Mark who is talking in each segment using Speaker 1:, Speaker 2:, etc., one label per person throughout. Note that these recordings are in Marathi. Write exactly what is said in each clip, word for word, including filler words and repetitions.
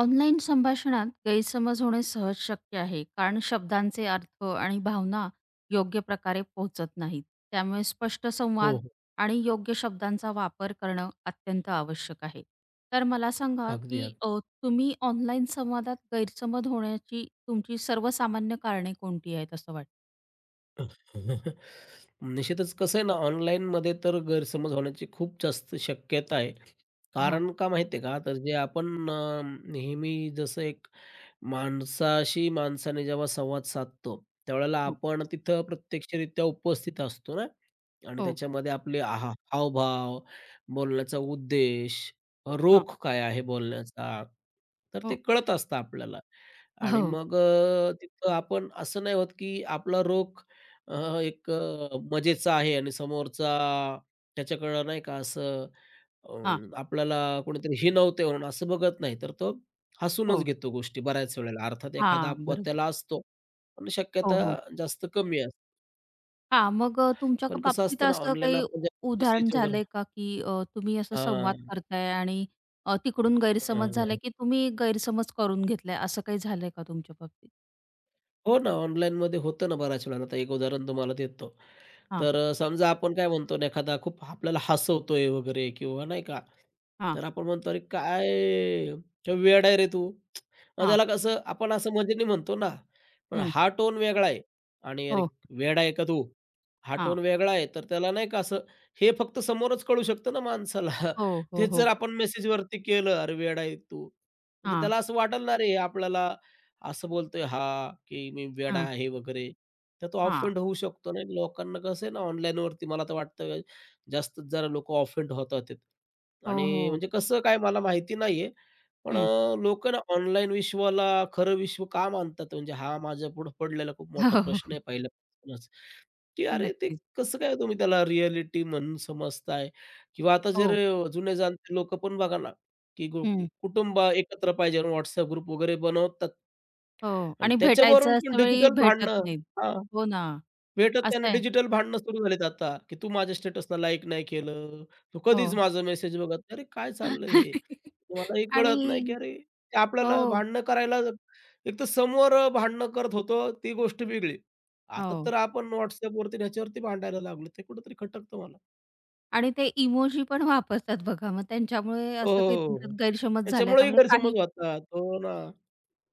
Speaker 1: ऑनलाईन संभाषणात गैरसमज होणे सहज शक्य आहे कारण शब्दांचे अर्थ आणि भावना योग्य प्रकारे पोहोचत नाहीत. त्यामुळे स्पष्ट
Speaker 2: हो,
Speaker 1: संवाद
Speaker 2: हो.
Speaker 1: आणि योग्य शब्दांचा वापर करणं अत्यंत आवश्यक आहे. तर मला सांगा
Speaker 2: अगदी,
Speaker 1: की
Speaker 2: अगदी.
Speaker 1: अ, तुम्ही ऑनलाईन संवादात गैरसमज होण्याची तुमची सर्वसामान्य कारणे कोणती आहेत असं वाटतं.
Speaker 2: निश्चितच कसं आहे ना, ऑनलाईनमध्ये तर गैरसमज होण्याची खूप जास्त शक्यता आहे.
Speaker 1: हां.
Speaker 2: कारण का माहिती आहे का? तर जे आपण अ, नेहमी जसं एक माणसाशी माणसाने जेव्हा संवाद साधतो, त्यावेळेला
Speaker 1: हो,
Speaker 2: आपण तिथं प्रत्यक्षरित्या उपस्थित असतो ना. आणि
Speaker 1: हो.
Speaker 2: त्याच्यामध्ये आपले आहा हावभाव, बोलण्याचा उद्देश,
Speaker 1: हां.
Speaker 2: रोख काय आहे बोलण्याचा, तर ते
Speaker 1: हो,
Speaker 2: कळत असतं आपल्याला. आणि
Speaker 1: हो.
Speaker 2: मग अ, तिथं आपण असं नाही होत, की आपला रोख अ, एक अ, मजेचा आहे आणि समोरचा त्याच्याकडं नाही का असं अ,
Speaker 1: हां.
Speaker 2: आपल्याला कोणीतरी हिणवतंय म्हणून असं बघत नाही, तर तो हसूनच
Speaker 1: हो.
Speaker 2: घेतो गोष्टी बऱ्याच वेळेला. अर्थात एखादा
Speaker 1: हां,
Speaker 2: अपवाद
Speaker 1: बरोबर.
Speaker 2: त्याला असतो, पण
Speaker 1: हो,
Speaker 2: शक्यता
Speaker 1: हो.
Speaker 2: जास्त कमी असते.
Speaker 1: हां, मग अ, तुमच्या क
Speaker 2: पण कसं
Speaker 1: बाबतीत
Speaker 2: असतं ना,
Speaker 1: असं
Speaker 2: ऑनलाईन
Speaker 1: काही
Speaker 2: आपण
Speaker 1: उ
Speaker 2: जेव्हा
Speaker 1: उदाहरण
Speaker 2: मेसेज वगैरे
Speaker 1: झालंय का, की अ, तुम्ही असं संवाद
Speaker 2: हां,
Speaker 1: करताय आणि अ, तिकडून
Speaker 2: हां,
Speaker 1: गैरसमज झालाय,
Speaker 2: हां.
Speaker 1: की तुम्ही गैरसमज करून घेतलाय, असं काही झालंय का तुमच्या बाबतीत?
Speaker 2: हो ना, ऑनलाईनमध्ये होतं ना बऱ्याच वेळेला. आता एक उदाहरण तुम्हाला देतो.
Speaker 1: हां,
Speaker 2: तर अ, समजा आपण काय म्हणतो ना, एखादा खूप आपल्याला हसवतोय वगैरे किंवा नाही का,
Speaker 1: हां,
Speaker 2: तर आपण म्हणतो, "अरे काय काय वेडा आहे रे तू." मग
Speaker 1: हां,
Speaker 2: त्याला कसं आपण असं मजेने म्हणतो ना, पण
Speaker 1: हं,
Speaker 2: हा टोन वेगळा आहे आणि "अरे
Speaker 1: हो,
Speaker 2: वेडा आहे का तू?" हा टोन
Speaker 1: हां,
Speaker 2: वेगळा आहे, तर त्याला नाही का असं हे फक्त समोरच कळू शकतं ना माणसाला.
Speaker 1: हो, हो,
Speaker 2: तेच जर
Speaker 1: हो,
Speaker 2: आपण मेसेजवरती केलं, "अरे वेडा आहे तू." म्हणजे
Speaker 1: हां,
Speaker 2: त्याला असं वाटेल ना, "अरे आपल्याला असं बोलतोय हा, की मी वेडा
Speaker 1: हां,
Speaker 2: आहे वगैरे, तर तो
Speaker 1: हां,
Speaker 2: ऑफेंड होऊ शकतो ना. लोकांना कसं आहे ना online वरती मला तर वाटतं जास्तच जरा लोकं ऑफेंड होत आहेत.
Speaker 1: हो,
Speaker 2: आणि
Speaker 1: हो,
Speaker 2: म्हणजे कसं काय मला माहिती नाहीये. पण
Speaker 1: हं.
Speaker 2: अ, ना ऑनलाईन विश्वाला खरं विश्व का मानतात? म्हणजे हा माझ्या पुढं पडलेला खूप मोठा
Speaker 1: हो, हो,
Speaker 2: प्रश्न
Speaker 1: हो,
Speaker 2: आहे पहिल्यापासूनच, की अरे ते
Speaker 1: नक्कीच.
Speaker 2: कसं काय तुम्ही त्याला रिअॅलिटी म्हणून समजताय? किंवा आता जर
Speaker 1: हो,
Speaker 2: अ, जुने जाणते लोकं पण बघा ना, की गु कु-
Speaker 1: हं,
Speaker 2: कुटुंब एकत्र पाहिजे म्हणून WhatsApp ग्रुप वगैरे बनवतात.
Speaker 1: हो.
Speaker 2: आणि
Speaker 1: आणि भेटायचं
Speaker 2: त्याच्यावरून पण
Speaker 1: अशा वेळी
Speaker 2: डिजिटल
Speaker 1: भेटत
Speaker 2: भांडणं
Speaker 1: नाहीत.
Speaker 2: हां,
Speaker 1: हो ना,
Speaker 2: भेटत नाही आणि
Speaker 1: असं आहे.
Speaker 2: डिजिटल भांडणं सुरू झालीत आता, की तू माझ्या स्टेटसला लाईक नाही केलं, तू
Speaker 1: हो.
Speaker 2: कधीच माझा मेसेज बघत नाही. अरे काय चाललंय हे? मला हे
Speaker 1: आणि
Speaker 2: कळत नाही, की अरे ते
Speaker 1: हो,
Speaker 2: आपल्याला भांडणं करायला एक तर समोर भांडणं करत होतो ती गोष्ट वेगळी. आता
Speaker 1: हो.
Speaker 2: तर आपण WhatsAppवरती आणि ह्याच्यावरती भांडायला लागलो. ते कुठेतरी खटकतं मला.
Speaker 1: आणि ते इमोजी पण वापरतात बघा, मग त्यांच्यामुळे
Speaker 2: हो,
Speaker 1: असं काही
Speaker 2: हो, हो.
Speaker 1: तुमच्यात गैरसमज झालाय का?
Speaker 2: त्याच्यामुळेही
Speaker 1: म्हणजे काही.
Speaker 2: गैरसमज होतात. हो ना.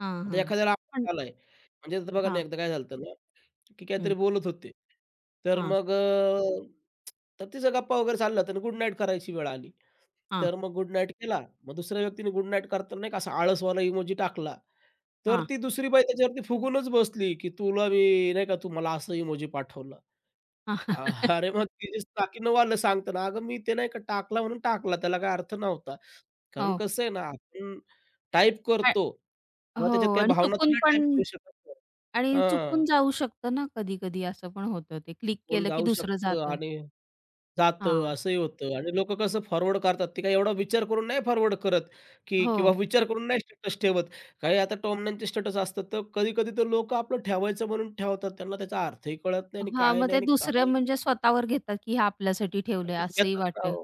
Speaker 1: हां,
Speaker 2: आता
Speaker 1: हां.
Speaker 2: एखाद्याला
Speaker 1: पण
Speaker 2: आलाय म्हणजे आता बघा ना,
Speaker 1: हां,
Speaker 2: एकदा काय झालं की
Speaker 1: हं,
Speaker 2: काहीतरी बोलत होते. तर
Speaker 1: हां,
Speaker 2: मग अ, तर तिचा गप्पा वगैरे चालला तर गुड नाईट करायची वेळ आली.
Speaker 1: हां,
Speaker 2: तर मग गुड नाईट केला. मग दुसऱ्या व्यक्तीने गुड नाईट करताना नाही का असा आळसवाला इमोजी टाकला.
Speaker 1: हां,
Speaker 2: तर
Speaker 1: हां.
Speaker 2: ती दुसरी बाई त्याच्यावरती फुगूनच बसली, की तुला मी नाही का तू मला असं इमोजी पाठवलं. अ, अरे मग तिचे चाकीनवालं सांगताना, "अगं मी ते नाही का टाकला म्हणून टाकला, त्याला काही अर्थ नव्हता." कारण
Speaker 1: हो.
Speaker 2: कसं आहे ना आपण टाइप
Speaker 1: आ
Speaker 2: करतो किंवा
Speaker 1: हो.
Speaker 2: त्याच्यात काही
Speaker 1: आणि
Speaker 2: भावना तर
Speaker 1: चुकून
Speaker 2: नाही
Speaker 1: पण
Speaker 2: टाइप करू शकत.
Speaker 1: आणि
Speaker 2: हां,
Speaker 1: चुकून जाऊ शकतं ना, कधी-कधी असं पण होतं, ते क्लिक
Speaker 2: कोण
Speaker 1: केलं की
Speaker 2: जाऊ
Speaker 1: दुसरं
Speaker 2: शकतं
Speaker 1: जातं.
Speaker 2: आणि जातं,
Speaker 1: हां.
Speaker 2: असंही होतं आणि लोक कसं फॉरवर्ड करतात, ते काही एवढा विचार करून नाही फॉरवर्ड करत, की किंवा
Speaker 1: हो.
Speaker 2: विचार करून नाही स्टेटस ठेवत. काही आता टॉमन्यांचे स्टेटस असतात, तर कधी-कधी तर लोकं आपलं ठेवायचं म्हणून ठेवतात. त्यांना त्याचा अर्थही कळत नाही आणि
Speaker 1: हां,
Speaker 2: काय
Speaker 1: मग
Speaker 2: नाही
Speaker 1: ते
Speaker 2: आणि
Speaker 1: दुसरं
Speaker 2: काय
Speaker 1: म्हणजे स्वतःवर घेतात, की हे आपल्यासाठी ठेवलंय असंही
Speaker 2: घेतात ना
Speaker 1: वाटतं.
Speaker 2: हो.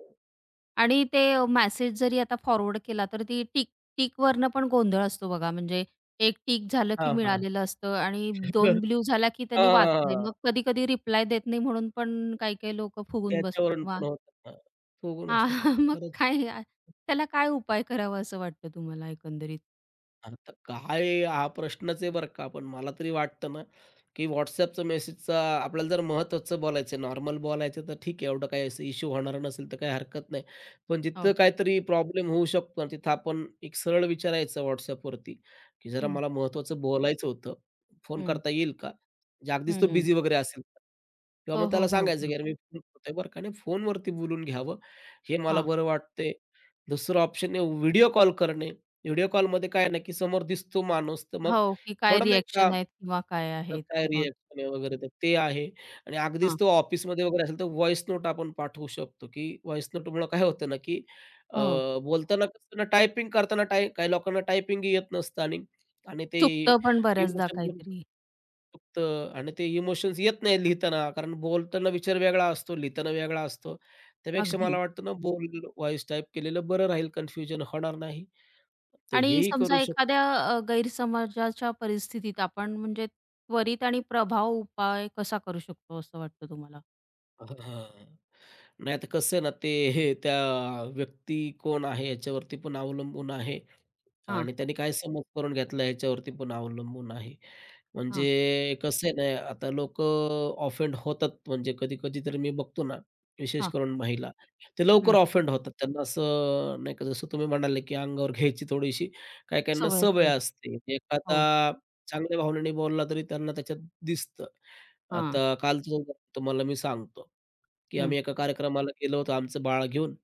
Speaker 1: आणि ते अ, मेसेज जरी आता फॉरवर्ड केला तर ती टिक टिकवरनं पण गोंधळ असतो बघा. म्हणजे एक टिक झालं की
Speaker 2: हां, हां.
Speaker 1: मिळालेलं असतं आणि
Speaker 2: हां, हां,
Speaker 1: दोन ब्लू झाला की त्यांनी वाचलंय. मग कधी-कधी रिप्लाय देत नाही म्हणून पण काही-काही लोकं फुगून बसतात.
Speaker 2: त्याच्यावरून
Speaker 1: मग
Speaker 2: पण होतात. हां. फुगून
Speaker 1: हां.
Speaker 2: बसतात.
Speaker 1: मग
Speaker 2: खरंच.
Speaker 1: काय, अ, त्याला काय उपाय करावा असं वाटतं तुम्हाला एकंदरीत?
Speaker 2: आता काय आहे हा प्रश्नच आहे बरं का. पण मला तरी वाटतं ना, की WhatsAppचा मेसेजचा आपल्याला जर महत्त्वाचं बोलायचं नॉर्मल बोलायचं आहे, तर ठीक आहे एवढं काही असं इश्यू होणार नसेल तर काही हरकत नाही. पण जिथं
Speaker 1: हो.
Speaker 2: काहीतरी प्रॉब्लेम होऊ शकतो आणि तिथं आपण एक सरळ विचारायचं WhatsAppवरती, की "जरा
Speaker 1: हं.
Speaker 2: मला महत्त्वाचं बोलायचं होतं, फोन
Speaker 1: हं,
Speaker 2: करता येईल का?" म्हणजे अगदीच तो
Speaker 1: हं.
Speaker 2: बिझी वगैरे असेल तर. किंवा
Speaker 1: हो,
Speaker 2: मग
Speaker 1: हो,
Speaker 2: त्याला
Speaker 1: हो.
Speaker 2: सांगायचं, की
Speaker 1: ग्रुप.
Speaker 2: "अरे मी फोन करतोय बरं का" आणि फोनवरती बोलून घ्यावं, हे मला
Speaker 1: हां.
Speaker 2: बरं वाटतंय. दुसरं ऑप्शन आहे व्हिडिओ कॉल करणे. व्हिडिओ कॉलमध्ये काय ना, की समोर दिसतो माणूस, तर मग
Speaker 1: हो, की काय
Speaker 2: थोडं नाही का
Speaker 1: रिएक्शन आहेत किंवा काय
Speaker 2: तर
Speaker 1: आहेत
Speaker 2: काय
Speaker 1: किंवा.
Speaker 2: रिएक्शन आहे वगैरे तर ते आहे आणि अगदीच
Speaker 1: हां.
Speaker 2: तो ऑफिसमध्ये वगैरे असेल, तर व्हॉईस नोट आपण पाठवू शकतो, की व्हॉईस नोटमुळं काय होतं ना, की अ,
Speaker 1: हो.
Speaker 2: बोलताना कसं ना टायपिंग करताना टाय काही लोकांना टायपिंग येत नसतं आणि आणि ते
Speaker 1: चुकतं पण बऱ्याचदा
Speaker 2: इमोशन
Speaker 1: काहीतरी.
Speaker 2: फक्त आणि ते इमोशन्स येत नाही लिहिताना, कारण बोलताना विचार वेगळा असतो, लिहिताना वेगळा असतो. त्यापेक्षा
Speaker 1: अगदी.
Speaker 2: मला वाटतं ना, बोल व्हॉईस टाईप केलेलं बरं राहील, कन्फ्युजन होणार नाही. तर
Speaker 1: आणि
Speaker 2: हेही
Speaker 1: समजा
Speaker 2: करू शकतो
Speaker 1: एखाद्या अ, गैरसमजाच्या परिस्थितीत आपण म्हणजे त्वरित आणि प्रभाव उपाय कसा करू शकतो असं वाटतं तुम्हाला?
Speaker 2: हां, नाही तर कसं आहे ना, ते हे त्या व्यक्ती कोण आहे याच्यावरती पण अवलंबून आहे.
Speaker 1: हां,
Speaker 2: आणि त्यांनी काय समज करून घेतला ह्याच्यावरती पण अवलंबून आहे.
Speaker 1: हां.
Speaker 2: म्हणजे कसं आहे ना, आता लोकं ऑफेंड होतात. म्हणजे कधी-कधी तर मी बघतो ना, विशेष
Speaker 1: हां.
Speaker 2: करून महिला, ते लवकर
Speaker 1: हं.
Speaker 2: ऑफेंड होतात. त्यांना असं नाही का जसं तुम्ही म्हणाले, की अंगावर घ्यायची थोडीशी काही काहींना
Speaker 1: सवय
Speaker 2: सवय
Speaker 1: असते.
Speaker 2: असते.
Speaker 1: हो.
Speaker 2: एखादा चांगल्या भावनेने बोलला तरी त्यांना त्याच्यात दिसतं.
Speaker 1: हां.
Speaker 2: आता कालचं उदाहरण तुम्हाला मी सांगतो. की
Speaker 1: हं.
Speaker 2: आम्ही एका कार्यक्रमाला गेलो होतो आमचं बाळ घेऊन.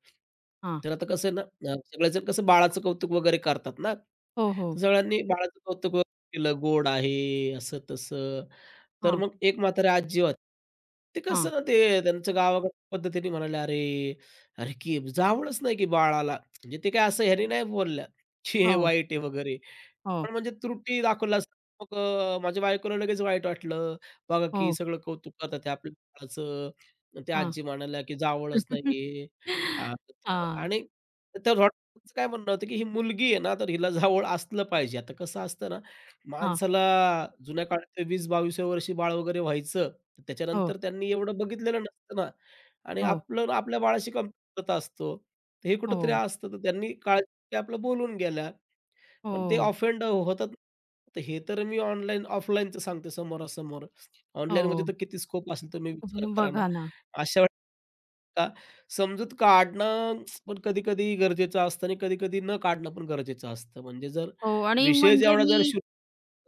Speaker 1: हां.
Speaker 2: तर आता कसं आहे ना, सगळेजण कसं बाळाचं कौतुक वगैरे करतात ना,
Speaker 1: हो, हो.
Speaker 2: तर सगळ्यांनी बाळाचं कौतुक वगैरे केलं, गोड आहे, असं-तसं. तर
Speaker 1: हां,
Speaker 2: मग एक म्हातारी आजी होती. ते
Speaker 1: हां.
Speaker 2: कसं ना, ते त्यांचं गावाकडच्या पद्धतीने म्हणाले, "अरे, अरे, की जावळच नाही की बाळाला." म्हणजे ते काय असं ह्याने नाही बोलल्या, की हे
Speaker 1: हो,
Speaker 2: वाईट आहे वगैरे.
Speaker 1: हो,
Speaker 2: पण म्हणजे त्रुटी दाखवल्यास मग अ, माझ्या बायकोला लगेच वाईट वाटलं. बघा की
Speaker 1: हो.
Speaker 2: सगळं कौतुक करतात हे आपल्या बाळाचं. मग त्या
Speaker 1: हां.
Speaker 2: आजी म्हणाल्या, की "जावळच नाहीये." अ, तर
Speaker 1: हां,
Speaker 2: आणि त्या रॉडचं काय म्हणणं होतं, की ही मुलगी आहे ना, तर हिला जावळ असलं पाहिजे. आता कसं असतं ना,
Speaker 1: हां.
Speaker 2: माणसाला जुन्या काळात वीस-बाविसाव्या वर्षी बाळ वगैरे व्हायचं. तर
Speaker 1: हो,
Speaker 2: त्याच्यानंतर त्यांनी एवढं बघितलेलं नसतं ना आणि
Speaker 1: हो,
Speaker 2: आपलं आपल्या बाळाशी कमतरता असतो. तर हे कुठेतरी
Speaker 1: हो,
Speaker 2: असतं. तर त्यांनी काळजी आपलं बोलून गेल्या. पण ते
Speaker 1: हो,
Speaker 2: ऑफेंड होतात. तर हे तर मी ऑनलाईन ऑफलाईनचं सांगतो समोरासमोर. ऑनलाईनमध्ये
Speaker 1: हो.
Speaker 2: तर किती स्कोप असेल तुम्ही विचार करा ना.
Speaker 1: बघा ना.
Speaker 2: अशा वेळेस का समजूत काढणं पण कधी-कधी गरजेचं असतं आणि कधी-कधी न काढणं पण गरजेचं असतं. म्हणजे जर
Speaker 1: हो आणि
Speaker 2: विषय
Speaker 1: म्हणजे
Speaker 2: जेवढा जर
Speaker 1: मी
Speaker 2: शू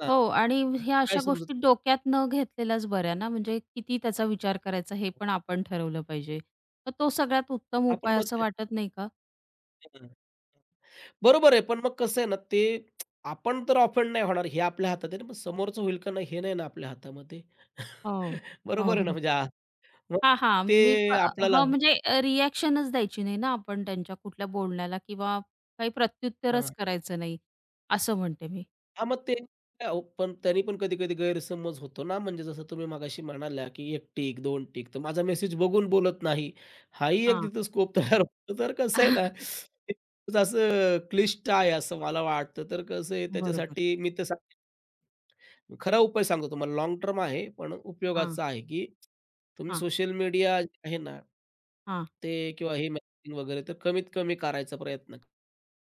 Speaker 2: हां.
Speaker 1: हो आणि ह्या
Speaker 2: काय
Speaker 1: अशा
Speaker 2: समजूत
Speaker 1: गोष्टी डोक्यात न घेतलेल्याच बऱ्या ना, म्हणजे किती त्याचा विचार करायचा हे पण आपण ठरवलं पाहिजे. तर तो सगळ्यात उत्तम
Speaker 2: आपण
Speaker 1: उपाय
Speaker 2: मग
Speaker 1: असं
Speaker 2: ते
Speaker 1: वाटत नाही का?
Speaker 2: हं. बरोबर आहे. पण मग कसं आहे ना ते आपण तर ऑफेंड नाही होणार हे आपल्या हातात आहे ना. मग समोरचं होईल का नाही हे नाही ना आपल्या हातामध्ये.
Speaker 1: हो. हो,
Speaker 2: बरोबर आहे ना
Speaker 1: हो.
Speaker 2: म्हणजे मग
Speaker 1: हां, हां. मी
Speaker 2: ते
Speaker 1: प
Speaker 2: आपल्याला
Speaker 1: हां, म्हणजे अ, द्यायची नाही ना आपण त्यांच्या कुठल्या बोलण्याला किंवा काही प्रत्युत्तरच
Speaker 2: हां,
Speaker 1: करायचं नाही, असं म्हणते मी.
Speaker 2: हां, मग ते अहो, पण तरी पण कधी-कधी गैरसमज होतो ना, म्हणजे जसं तुम्ही मगाशी म्हणाल्या, की एक टिक, दोन टिक, तर माझा मेसेज बघून बोलत नाही. हाही एक
Speaker 1: हां.
Speaker 2: तिथं स्कोप तयार होतो. तर कसं आहे ना, ते खूपच असं क्लिष्ट आहे असं मला वाटतं. तर कसं आहे
Speaker 1: बरोबर.
Speaker 2: त्याच्यासाठी मी तर मी खरा उपाय सांगतो तुम्हाला लाँग टर्म आहे, पण
Speaker 1: हां,
Speaker 2: उपयोगाचा आहे, की तुम्ही
Speaker 1: हां,
Speaker 2: सोशल मीडिया आहे ना,
Speaker 1: हां.
Speaker 2: ते किंवा हे मेसेजिंग वगैरे तर कमीत कमी करायचा प्रयत्न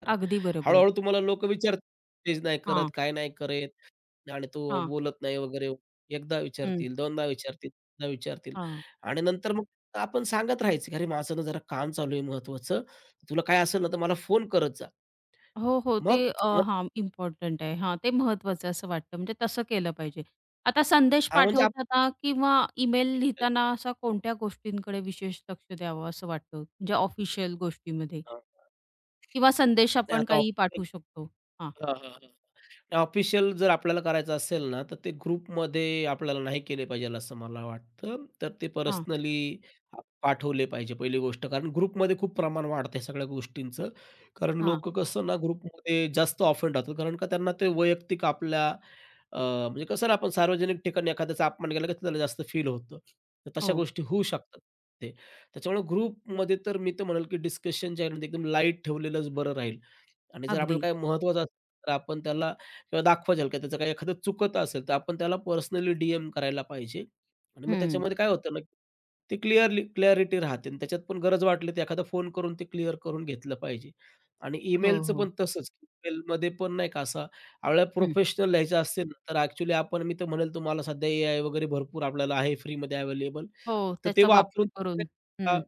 Speaker 2: करा.
Speaker 1: अगदी बरोबर आहे.
Speaker 2: हळू तुम्हाला लोक विचारतील, नाही करत,
Speaker 1: हां,
Speaker 2: काय नाही करत आणि तो
Speaker 1: हां.
Speaker 2: बोलत नाही वगैरे. एकदा
Speaker 1: हं.
Speaker 2: विचारतील, दोनदा विचारतील, तीनदा विचारतील
Speaker 1: हां.
Speaker 2: आणि नंतर मग आपण सांगत राहायचं, की "अरे, माझं ना जरा काम चालू आहे महत्त्वाचं. तुला काय असेल ना, तर मला फोन करत जा."
Speaker 1: हो, हो. ते
Speaker 2: मग
Speaker 1: अ, हां, इम्पॉर्टंट आहे. हां, ते महत्वाचं असं वाटतं. म्हणजे तसं केलं पाहिजे. आता संदेश
Speaker 2: हां, म्हणजे आपण
Speaker 1: पाठवताना किंवा ईमेल लिहिताना असा कोणत्या गोष्टींकडे विशेष लक्ष द्यावं असं वाटतं? म्हणजे ऑफिशियल गोष्टीमध्ये
Speaker 2: हां, हां.
Speaker 1: किंवा संदेश
Speaker 2: नाही
Speaker 1: आपण
Speaker 2: आता
Speaker 1: काही
Speaker 2: ऑफिस
Speaker 1: पाठवू शकतो? हां,
Speaker 2: हां, हां, हां. ऑफिशियल जर आपल्याला करायचं असेल ना, तर ते ग्रुपमध्ये आपल्याला नाही केले पाहिजे असं मला वाटतं. तर ते
Speaker 1: हां,
Speaker 2: पर्सनली पाठवले पाहिजे पहिली गोष्ट. कारण ग्रुपमध्ये खूप प्रमाण वाढतंय सगळ्या गोष्टींचं. कारण
Speaker 1: हां.
Speaker 2: लोकं कसं ना ग्रुपमध्ये जास्त ऑफेंड होतात. कारण का त्यांना ते वैयक्तिक आपल्या अ, म्हणजे कसं ना आपण सार्वजनिक ठिकाणी एखाद्याचा अपमान केला की त्याला जास्त फील होतं. तर तशा
Speaker 1: हो,
Speaker 2: गोष्टी होऊ शकतात ते. त्याच्यामुळे ग्रुपमध्ये तर मी तर म्हणेल की डिस्कशन जे आहे ना, ते एकदम लाईट ठेवलेलंच बरं राहील. आणि जर आपल्याला
Speaker 1: अगदी.
Speaker 2: काही महत्त्वाचं असेल, तर आपण त्याला किंवा दाखवा जाईल, की त्याचं काही एखादं चुकत असेल, तर आपण त्याला पर्सनली डी-एम करायला पाहिजे. आणि मग
Speaker 1: हं.
Speaker 2: त्याच्यामध्ये काय होतं ना, ते क्लिअरली क्लॅरिटी राहते आणि त्याच्यात पण गरज वाटली, तर एखादा फोन करून ते क्लिअर करून घेतलं पाहिजे. आणि
Speaker 1: हो,
Speaker 2: ईमेलचं
Speaker 1: हो.
Speaker 2: पण तसंच. ईमेलमध्ये पण नाही का असा आपल्याला
Speaker 1: हं.
Speaker 2: प्रोफेशनल लिहायचं असेल ना, तर ॲक्चुअली आपण मी तर म्हणेल तुम्हाला सध्या एआय वगैरे भरपूर आपल्याला आहे फ्रीमध्ये अवेलेबल.
Speaker 1: हो,
Speaker 2: तर ते
Speaker 1: त्याचा वापर
Speaker 2: वापरून
Speaker 1: करून.
Speaker 2: अ,
Speaker 1: हं,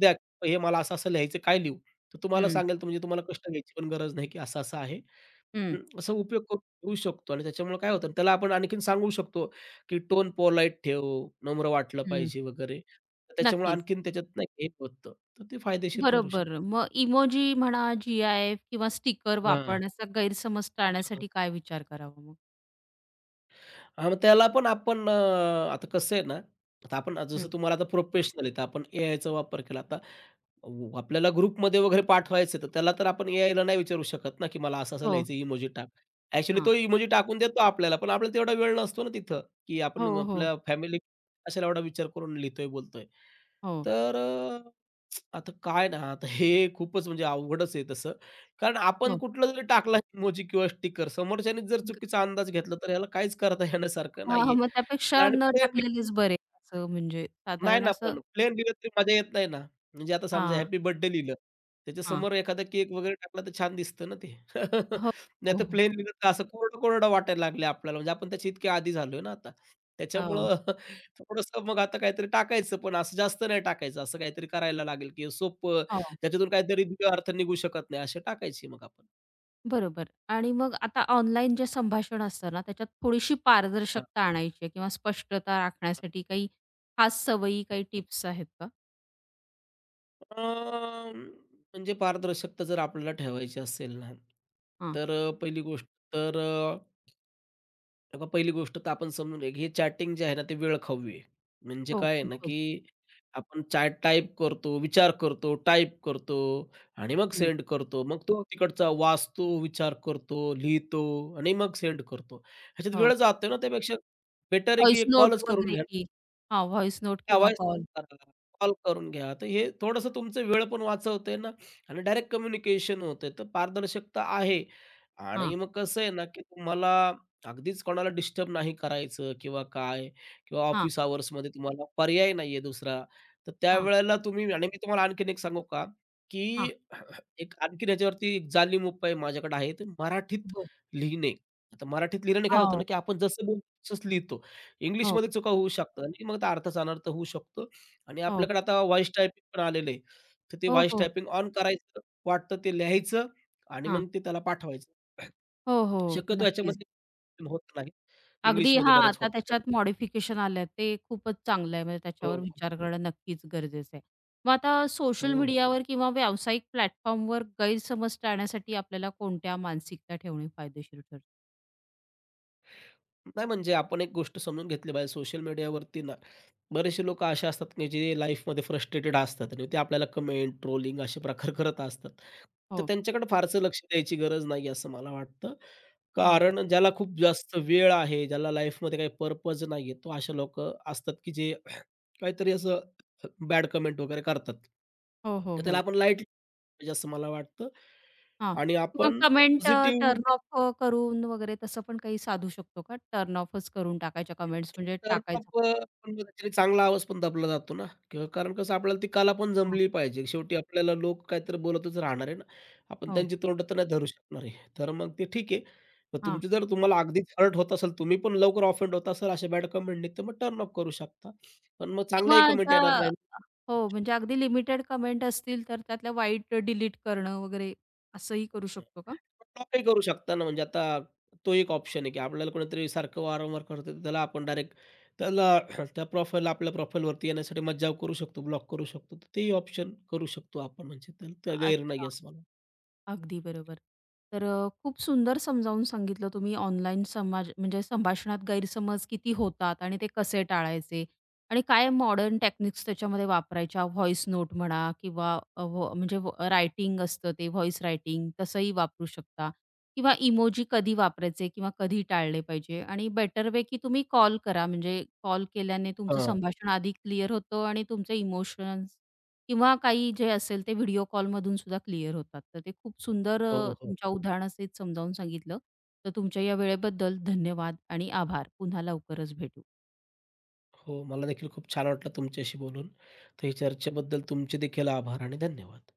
Speaker 2: द्या, हे मला असं-असं लिहायचं, काय लिहू? तो तुम्हाला
Speaker 1: हं,
Speaker 2: सांगेल तर म्हणजे तुम्हाला कष्ट घ्यायची पण गरज नाही, की असं-असं आहे.
Speaker 1: हं,
Speaker 2: अं, असा उपयोग करून घेऊ शकतो आणि त्याच्यामुळे काय होतं त्याला आपण आणखीन सांगू शकतो, की टोन पोलाईट ठेव, नम्र वाटलं
Speaker 1: हं.
Speaker 2: पाहिजे वगैरे. तर त्याच्यामुळे
Speaker 1: नक्कीच.
Speaker 2: आणखीन त्याच्यात नाही हे होतं. तर ते फायदेशीर ठरू शकतं.
Speaker 1: बरोबर. मग इमोजी म्हणा, जी-आय-एफ किंवा स्टिकर
Speaker 2: हां.
Speaker 1: वापरण्याचा गैरसमज टाळण्यासाठी काय विचार करावा मग?
Speaker 2: हां, मग त्याला पण आपण अ, आता कसं आहे ना, आता आपण जसं
Speaker 1: हं.
Speaker 2: तुम्हाला आता प्रोफेशनल आहे, तर आपण एआयचा वापर केला. आता ओ, आपल्याला ग्रुपमध्ये वगैरे पाठवायचं तर त्याला तर आपण एआयला नाही विचारू शकत ना, की मला असं-असं
Speaker 1: हो.
Speaker 2: लिहायचं इमोजी टाक. ॲक्चुअली
Speaker 1: हां.
Speaker 2: तो इमोजी टाकून देतो आपल्याला, पण आपल्याला तेवढा वेळ नसतो ना तिथं, की
Speaker 1: हो,
Speaker 2: आपण
Speaker 1: हो,
Speaker 2: आपल्या फॅमिली कशाला एवढा विचार करून लिहितोय, बोलतोय.
Speaker 1: हो.
Speaker 2: तर अ, आता काय ना, आता हे खूपच म्हणजे अवघडच आहे तसं. कारण आपण
Speaker 1: हो.
Speaker 2: कुठला जरी टाकला इमोजी किंवा स्टिकर समोरच्याने जर
Speaker 1: ग
Speaker 2: चुकीचा अंदाज घेतला, तर ह्याला काहीच करता येण्यासारखं
Speaker 1: हां,
Speaker 2: नाहीये.
Speaker 1: मग त्यापेक्षा
Speaker 2: आणि
Speaker 1: न टाकलेलेच बरे असं म्हणजे
Speaker 2: नाही
Speaker 1: साधारण
Speaker 2: ना,
Speaker 1: असं.
Speaker 2: पण प्लेन लिहिलं तरी मजा येत नाही ना. म्हणजे आता समजा
Speaker 1: हां,
Speaker 2: हॅपी बर्थडे लिहिलं,
Speaker 1: हां.
Speaker 2: त्याच्यासमोर एखादा केक वगैरे टाकला तर छान दिसतं ना ते.
Speaker 1: हो, हो,
Speaker 2: नाहीतर
Speaker 1: हो.
Speaker 2: प्लेन लिहिलं तर असं कोरडं-कोरडं वाटायला लागले आपल्याला. म्हणजे आपण त्याच्या इतके आदी झालोय ना आता. त्याच्यामुळं
Speaker 1: हो,
Speaker 2: थोडंसं मग आता काहीतरी टाकायचं, पण असं जास्त नाही टाकायचं. असं काहीतरी करायला लागेल, की सोपं
Speaker 1: हो.
Speaker 2: त्याच्यातून काहीतरी दिव्य अर्थ निघू शकत नाही, असे टाकायची मग आपण.
Speaker 1: बरोबर. आणि मग आता ऑनलाईन जे संभाषण असतं ना, त्याच्यात थोडीशी
Speaker 2: हां,
Speaker 1: पारदर्शकता आणायची आहे किंवा स्पष्टता
Speaker 2: हां,
Speaker 1: राखण्यासाठी काही खास सवयी, काही
Speaker 2: हां.
Speaker 1: टिप्स आहेत का?
Speaker 2: अं, म्हणजे पारदर्शकता जर आपल्याला ठेवायची असेल ना,
Speaker 1: हां.
Speaker 2: तर अ, पहिली गोष्ट तर हे बघा, पहिली गोष्ट तर आपण समजून घ्या, की हे चॅटिंग जे आहे ना, ते वेळखाऊ आहे. म्हणजे
Speaker 1: हो,
Speaker 2: काय आहे ना,
Speaker 1: खूपच.
Speaker 2: की आपण चॅट टाइप करतो, विचार करतो, टाइप करतो आणि मग
Speaker 1: हं.
Speaker 2: सेंड करतो. मग तो तिकडचा वाचतो, विचार करतो, लिहितो आणि मग सेंड करतो. ह्याच्यात वेळ
Speaker 1: हो.
Speaker 2: जातोय ना, त्यापेक्षा बेटर आहे, की
Speaker 1: व्हॉइस
Speaker 2: एक
Speaker 1: नोट
Speaker 2: कॉलच करून
Speaker 1: वगैरे
Speaker 2: घ्या.
Speaker 1: की. हां, व्हॉइस नोट
Speaker 2: त्या
Speaker 1: किंवा
Speaker 2: व्हॉइस
Speaker 1: कॉल.
Speaker 2: करा, कॉल करून घ्या. तर हे थोडंसं तुमचं वेळ पण वाचवतंय ना आणि डायरेक्ट कम्युनिकेशन होतंय. तर पारदर्शकता आहे आणि
Speaker 1: हां,
Speaker 2: मग कसं आहे ना, की तुम्हाला अगदीच कोणाला डिस्टर्ब नाही करायचं किंवा काय किंवा
Speaker 1: हां,
Speaker 2: ऑफिस अवर्समध्ये तुम्हाला पर्याय नाहीये दुसरा. तर
Speaker 1: हां,
Speaker 2: त्यावेळेला तुम्ही आणि मी तुम्हाला आणखीन एक सांगू का,
Speaker 1: हां.
Speaker 2: की एक आणखीन याच्यावरती एक जाणीव उपाय माझ्याकडे आहे, ते मराठीत
Speaker 1: बरं.
Speaker 2: लिहिणे. आता मराठीत लिहिल्याने काय होतं
Speaker 1: हो,
Speaker 2: ना, की आपण जसं बोलतो तसंच लिहितो.
Speaker 1: हो,
Speaker 2: इंग्लिशमध्ये चुका होऊ शकतात आणि मग त्या अर्थाचा अनर्थ होऊ शकतो आणि
Speaker 1: हो,
Speaker 2: आपल्याकडे आता व्हॉईस टायपिंग पण आलेलं आहे. तर ते
Speaker 1: हो,
Speaker 2: व्हॉईस
Speaker 1: हो.
Speaker 2: टायपिंग ऑन करायचं, वाटतं ते लिहायचं आणि
Speaker 1: हां.
Speaker 2: मग ते त्याला पाठवायचं.
Speaker 1: हो, हो.
Speaker 2: शक्यतो
Speaker 1: नक्कीच.
Speaker 2: याच्यामध्ये होत नाही.
Speaker 1: अगदी.
Speaker 2: इंग्लिशमध्ये
Speaker 1: हां,
Speaker 2: बऱ्याच
Speaker 1: आता
Speaker 2: होतात. तर
Speaker 1: त्याच्यात मॉडिफिकेशन आलंय ते खूपच चांगलं आहे. म्हणजे त्याच्यावर
Speaker 2: हो,
Speaker 1: विचार करणं नक्कीच गरजेचं आहे. मग आता सोशल
Speaker 2: हो.
Speaker 1: मीडियावर किंवा व्यावसायिक प्लॅटफॉर्मवर गैरसमज टाळण्यासाठी आपल्याला कोणत्या मानसिकता ठेवणे फायदेशीर ठरते?
Speaker 2: नाही म्हणजे आपण एक गोष्ट समजून घेतली पाहिजे सोशल मीडियावरती बरेचसे लोक असे असतात की जे लाईफमध्ये फ्रस्ट्रेटेड असतात आणि ते आपल्याला कमेंट, ट्रोलिंग असे प्रकार करत असतात. तर
Speaker 1: हो.
Speaker 2: त्यांच्याकडे फारसं लक्ष द्यायची गरज नाही असं मला वाटतं.
Speaker 1: हां.
Speaker 2: कारण ज्याला खूप जास्त वेळ आहे, ज्याला लाईफमध्ये काही पर्पज नाहीये, तो असे लोक असतात की जे काहीतरी असं बॅड कमेंट वगैरे करतात.
Speaker 1: हो, हो,
Speaker 2: तर त्याला
Speaker 1: हो.
Speaker 2: आपण लाईटली पाहिजे असं मला वाटतं
Speaker 1: हां.
Speaker 2: आणि
Speaker 1: किंवा
Speaker 2: आपण
Speaker 1: comment uh,
Speaker 2: positive
Speaker 1: turn off करून वगैरे तसं पण काही साधू शकतो का? टर्न ऑफच करून टाकायच्या कमेंट्स, म्हणजे टाकायचं.
Speaker 2: टर्म-अप अ, पण मग त्याच्याने चांगला आवाज पण दबला जातो ना किंवा कारण कसं आपल्याला ती कला पण
Speaker 1: हां.
Speaker 2: जमली पाहिजे. शेवटी आपल्याला लोक काहीतरी बोलतच राहणार आहे ना. आपण
Speaker 1: हो.
Speaker 2: त्यांची तोंड तर नाही धरू शकणार आहे. तर मग ते ठीक आहे. मग
Speaker 1: हां.
Speaker 2: तुमची जर तुम्हाला अगदीच हर्ट होत असेल, तुम्ही पण लवकर ऑफेंड होत असाल अशा बॅड कमेंटनी, तर मग टर्न-अप करू शकता. पण मग चांगल्याही
Speaker 1: किंवा
Speaker 2: कमेंट
Speaker 1: ज्या
Speaker 2: येणार नाही.
Speaker 1: हो, म्हणजे अगदी लिमिटेड कमेंट असतील तर त्यातल्या वाईट डिलीट करणं वगैरे असंही करू
Speaker 2: हं.
Speaker 1: शकतो का?
Speaker 2: पण तो काही करू शकता ना, म्हणजे आता तो एक ऑप्शन आहे, की आपल्याला कोणीतरी सारखं वारंवार करतोय, त्याला आपण डायरेक्ट त्याला त्या प्रोफाइलला आपल्या प्रोफाइलवरती येण्यासाठी मज्जाव करू शकतो, ब्लॉक करू शकतो. तर तेही ऑप्शन करू शकतो आपण म्हणजे तर तर गैर नाही
Speaker 1: अच्छा.
Speaker 2: असं मला
Speaker 1: अगदी बरोबर. तर अ, खूप सुंदर समजावून सांगितलं तुम्ही. ऑनलाईन समाज म्हणजे संभाषणात गैरसमज किती होतात आणि ते कसे टाळायचे आणि काय मॉडर्न टेक्निक्स त्याच्यामध्ये वापरायच्या. व्हॉईस नोट म्हणा किंवा अ, व्ह म्हणजे रायटिंग असतं, ते व्हॉईस रायटिंग तसंही वापरू शकता किंवा इमोजी कधी वापरायचे किंवा कधी टाळले पाहिजे. आणि बेटर वे की तुम्ही कॉल करा, म्हणजे कॉल केल्याने तुमचं
Speaker 2: हां.
Speaker 1: संभाषण अधिक क्लिअर होतं आणि तुमचे इमोशन्स किंवा काही जे असेल ते व्हिडिओ कॉलमधून सुद्धा क्लिअर होतात. तर ते खूप सुंदर
Speaker 2: हो,
Speaker 1: अ,
Speaker 2: हो.
Speaker 1: तुमच्या उदाहरणासहित समजावून सांगितलं. तर तुमच्या या वेळेबद्दल धन्यवाद आणि आभार. पुन्हा लवकरच भेटू.
Speaker 2: हो, मला देखील खूप छान वाटलं तुमच्याशी बोलून. तर ही चर्चेबद्दल तुमचे देखील आभार आणि धन्यवाद.